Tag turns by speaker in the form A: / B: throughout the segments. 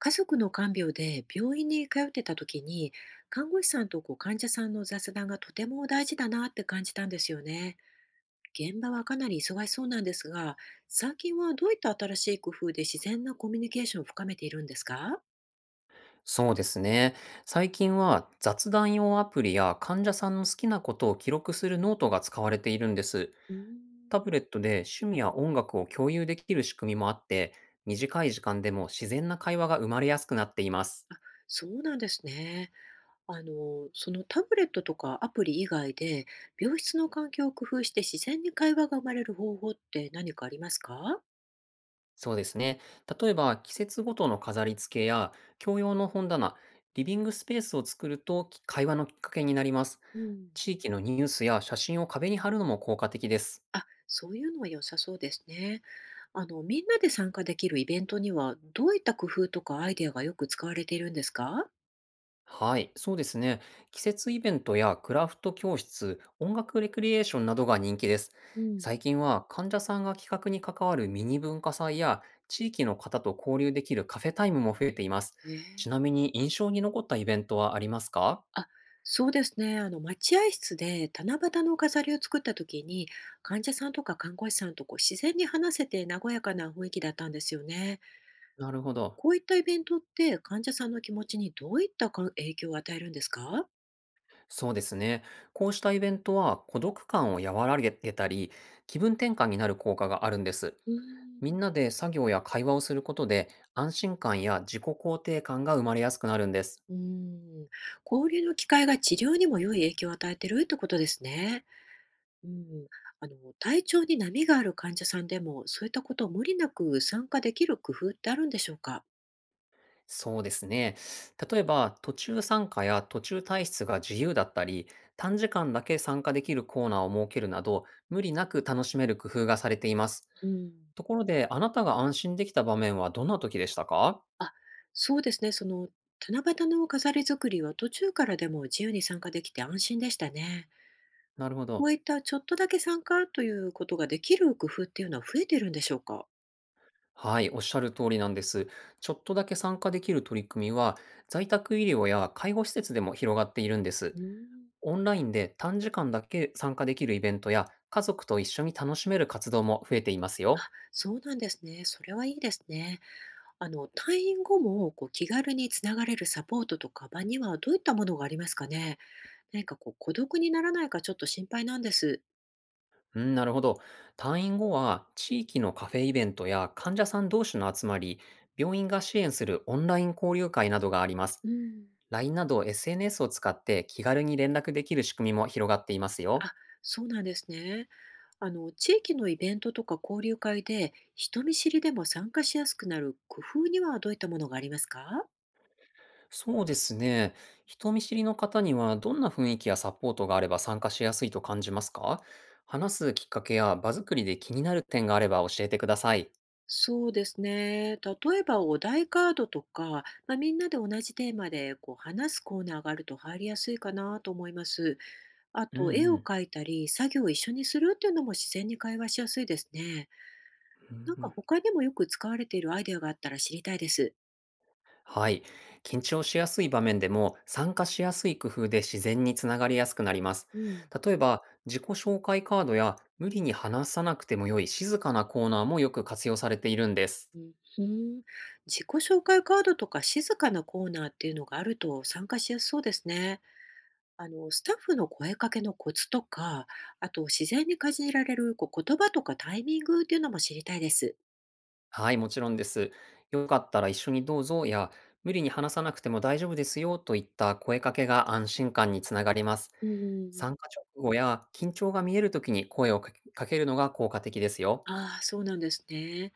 A: 家族の看病で病院に通ってた時に看護師さんと患者さんの雑談がとても大事だなって感じたんですよね。現場はかなり忙しそうなんですが、最近はどういった新しい工夫で自然なコミュニケーションを深めているんですか？
B: そうですね。最近は雑談用アプリや患者さんの好きなことを記録するノートが使われているんです。
A: うーん
B: タブレットで趣味や音楽を共有できる仕組みもあって、短い時間でも自然な会話が生まれやすくなっています。
A: そうなんですね。そのタブレットとかアプリ以外で病室の環境を工夫して自然に会話が生まれる方法って何かありますか？
B: そうですね。例えば季節ごとの飾り付けや共用の本棚、リビングスペースを作るとき会話のきっかけになります。
A: うん
B: 地域のニュースや写真を壁に貼るのも効果的です。
A: あ、そういうのは良さそうですね。みんなで参加できるイベントには、どういった工夫とかアイデアがよく使われているんですか？
B: はい、そうですね。季節イベントやクラフト教室、音楽レクリエーションなどが人気です。
A: うん、
B: 最近は患者さんが企画に関わるミニ文化祭や地域の方と交流できるカフェタイムも増えています。
A: え
B: ち
A: え
B: なみに印象に残ったイベントはありますか？
A: あ、そうですね。待合室で七夕の飾りを作った時に、患者さんとか看護師さんと自然に話せて和やかな雰囲気だったんですよね。
B: なるほど。
A: こういったイベントって患者さんの気持ちにどういったか影響を与えるんですか？
B: そうですね。こうしたイベントは孤独感を和らげたり、気分転換になる効果があるんです。
A: うー
B: み
A: ん
B: んなで作業や会話をすることで安心感や自己肯定感が生まれやすくなるんです。
A: うーん、交流の機会が治療にも良い影響を与えてるってことですね。うん、体調に波がある患者さんでもそういったことを無理なく参加できる工夫ってあるんでしょうか？
B: そうですね。例えば、途中参加や途中退出が自由だったり、短時間だけ参加できるコーナーを設けるなど、無理なく楽しめる工夫がされています。
A: うん、
B: ところで、あなたが安心できた場面はどんな時でしたか？
A: あ、そうですね。七夕の飾り作りは途中からでも自由に参加できて安心でしたね。
B: なるほ
A: こ
B: ど。
A: ういったちょっとだけ参加ということができる工夫っていうのは増えてるんでしょうか？
B: はい、おっしゃる通りなんです。ちょっとだけ参加できる取り組みは、在宅医療や介護施設でも広がっているんです。
A: うん、
B: オンラインで短時間だけ参加できるイベントや、家族と一緒に楽しめる活動も増えていますよ。
A: そうなんですね。それはいいですね。退院後も気軽につながれるサポートとか場にはどういったものがありますかね？何か孤独にならないかちょっと心配なんです。
B: うん、なるほど。退院後は地域のカフェイベントや患者さん同士の集まり、病院が支援するオンライン交流会などがあります。
A: うん。
B: LINE など SNS を使って気軽に連絡できる仕組みも広がっていますよ。
A: あ、そうなんですね。地域のイベントとか交流会で、人見知りでも参加しやすくなる工夫にはどういったものがありますか？
B: そうですね。人見知りの方にはどんな雰囲気やサポートがあれば参加しやすいと感じますか？話すきっかけや場作りで気になる点があれば教えてください。
A: そうですね。例えばお題カードとか、みんなで同じテーマで話すコーナーがあると入りやすいかなと思います。あ
B: うん
A: と絵を
B: うん。
A: 描いたり作業を一緒にするっていうのも自然に会話しやすいですね。
B: う
A: な
B: ん
A: ん
B: う
A: か
B: ん。
A: 他にもよく使われているアイデアがあったら知りたいです。
B: はい。緊張しやすい場面でも参加しやすい工夫で自然につながりやすくなります。
A: うん。
B: 例えば、自己紹介カードや無理に話さなくても良い静かなコーナーもよく活用されているんです。
A: うんふん自己紹介カードとか静かなコーナーっていうのがあると参加しやすそうですね。スタッフの声かけのコツとか、あと自然に感じられる言葉とかタイミングっていうのも知りたいです。
B: はい、もちろんです。よかったら一緒にどうぞや、無理に話さなくても大丈夫ですよといった声かけが安心感につながります。
A: うん、
B: 参加直後や緊張が見える時に声をかけるのが効果的ですよ。
A: ああ、そうなんですね。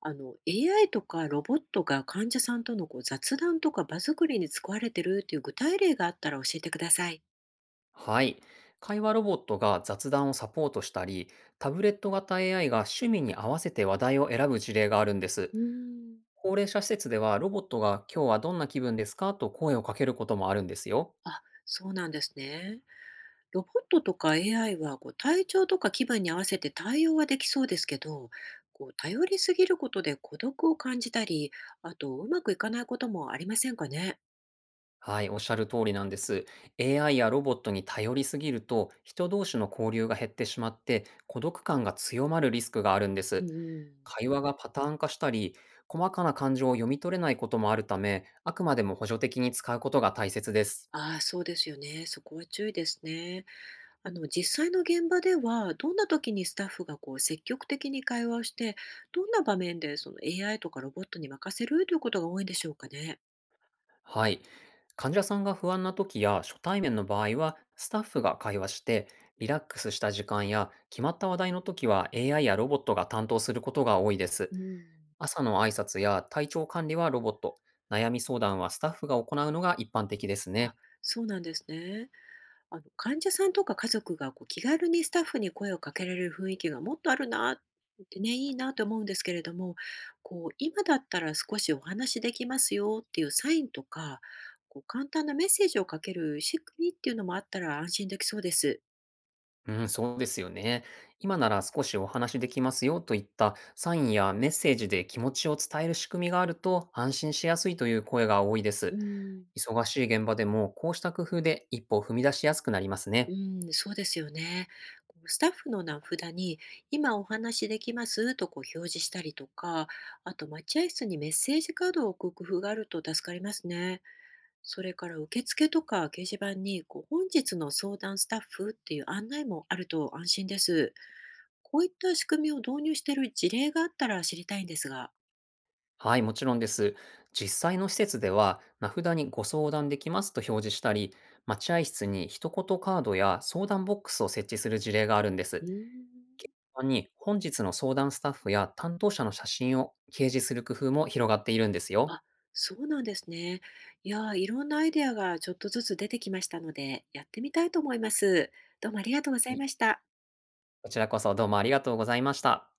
A: あの AI とかロボットが患者さんとの雑談とか場作りに使われてるっていう具体例があったら教えてください。
B: はい。会話ロボットが雑談をサポートしたり、タブレット型 AI が趣味に合わせて話題を選ぶ事例があるんです。
A: うん、
B: 高齢者施設ではロボットが今日はどんな気分ですかと声をかけることもあるんですよ。
A: あ、そうなんですね。ロボットとか AI は体調とか気分に合わせて対応はできそうですけど、頼りすぎることで孤独を感じたり、あとうまくいかないこともありませんかね。
B: はい、おっしゃる通りなんです。AI やロボットに頼りすぎると人同士の交流が減ってしまって孤独感が強まるリスクがあるんで
A: う
B: す。
A: ん
B: 会話がパターン化したり、細かな感情を読み取れないこともあるため、あくまでも補助的に使うことが大切です。
A: ああ、そうですよね。そこは注意ですね。実際の現場では、どんな時にスタッフが積極的に会話をして、どんな場面でその AI とかロボットに任せるということが多いんでしょうかね。
B: はい。患者さんが不安な時や初対面の場合は、スタッフが会話して、リラックスした時間や決まった話題の時は AI やロボットが担当することが多いです。
A: うん。
B: 朝の挨拶や体調管理はロボット、悩み相談はスタッフが行うのが一般的です
A: あ、
B: ね。
A: そうなんですね。患者さんとか家族が気軽にスタッフに声をかけられる雰囲気がもっとあるなってね、いいなと思うんですけれども、今だったら少しお話しできますよっていうサインとか、簡単なメッセージをかける仕組みっていうのもあったら安心できそうです。
B: うん、そうですよね。今なら少しお話できますよといったサインやメッセージで気持ちを伝える仕組みがあると安心しやすいという声が多いで
A: う
B: す。
A: ん、
B: 忙しい現場でもこうした工夫で一歩踏み出しやすくなります
A: う
B: ね。
A: ん、そうですよね。スタッフの名札に今お話しできますと表示したりとか、あと待合室にメッセージカードを置く工夫があると助かりますね。それから受付とか掲示板に、本日の相談スタッフっていう案内もあると安心です。こういった仕組みを導入している事例があったら知りたいんですが。
B: はい、もちろんです。実際の施設では名札にご相談できますと表示したり、待合室に一言カードや相談ボックスを設置する事例があるんです。掲
A: うー
B: 示
A: ん。
B: 板に本日の相談スタッフや担当者の写真を掲示する工夫も広がっているんですよ。
A: あ、そうなんですね。いやー、いろんなアイデアがちょっとずつ出てきましたので、やってみたいと思います。どうもありがとうござい
B: い
A: ました。
B: こちらこそどうもありがとうございました。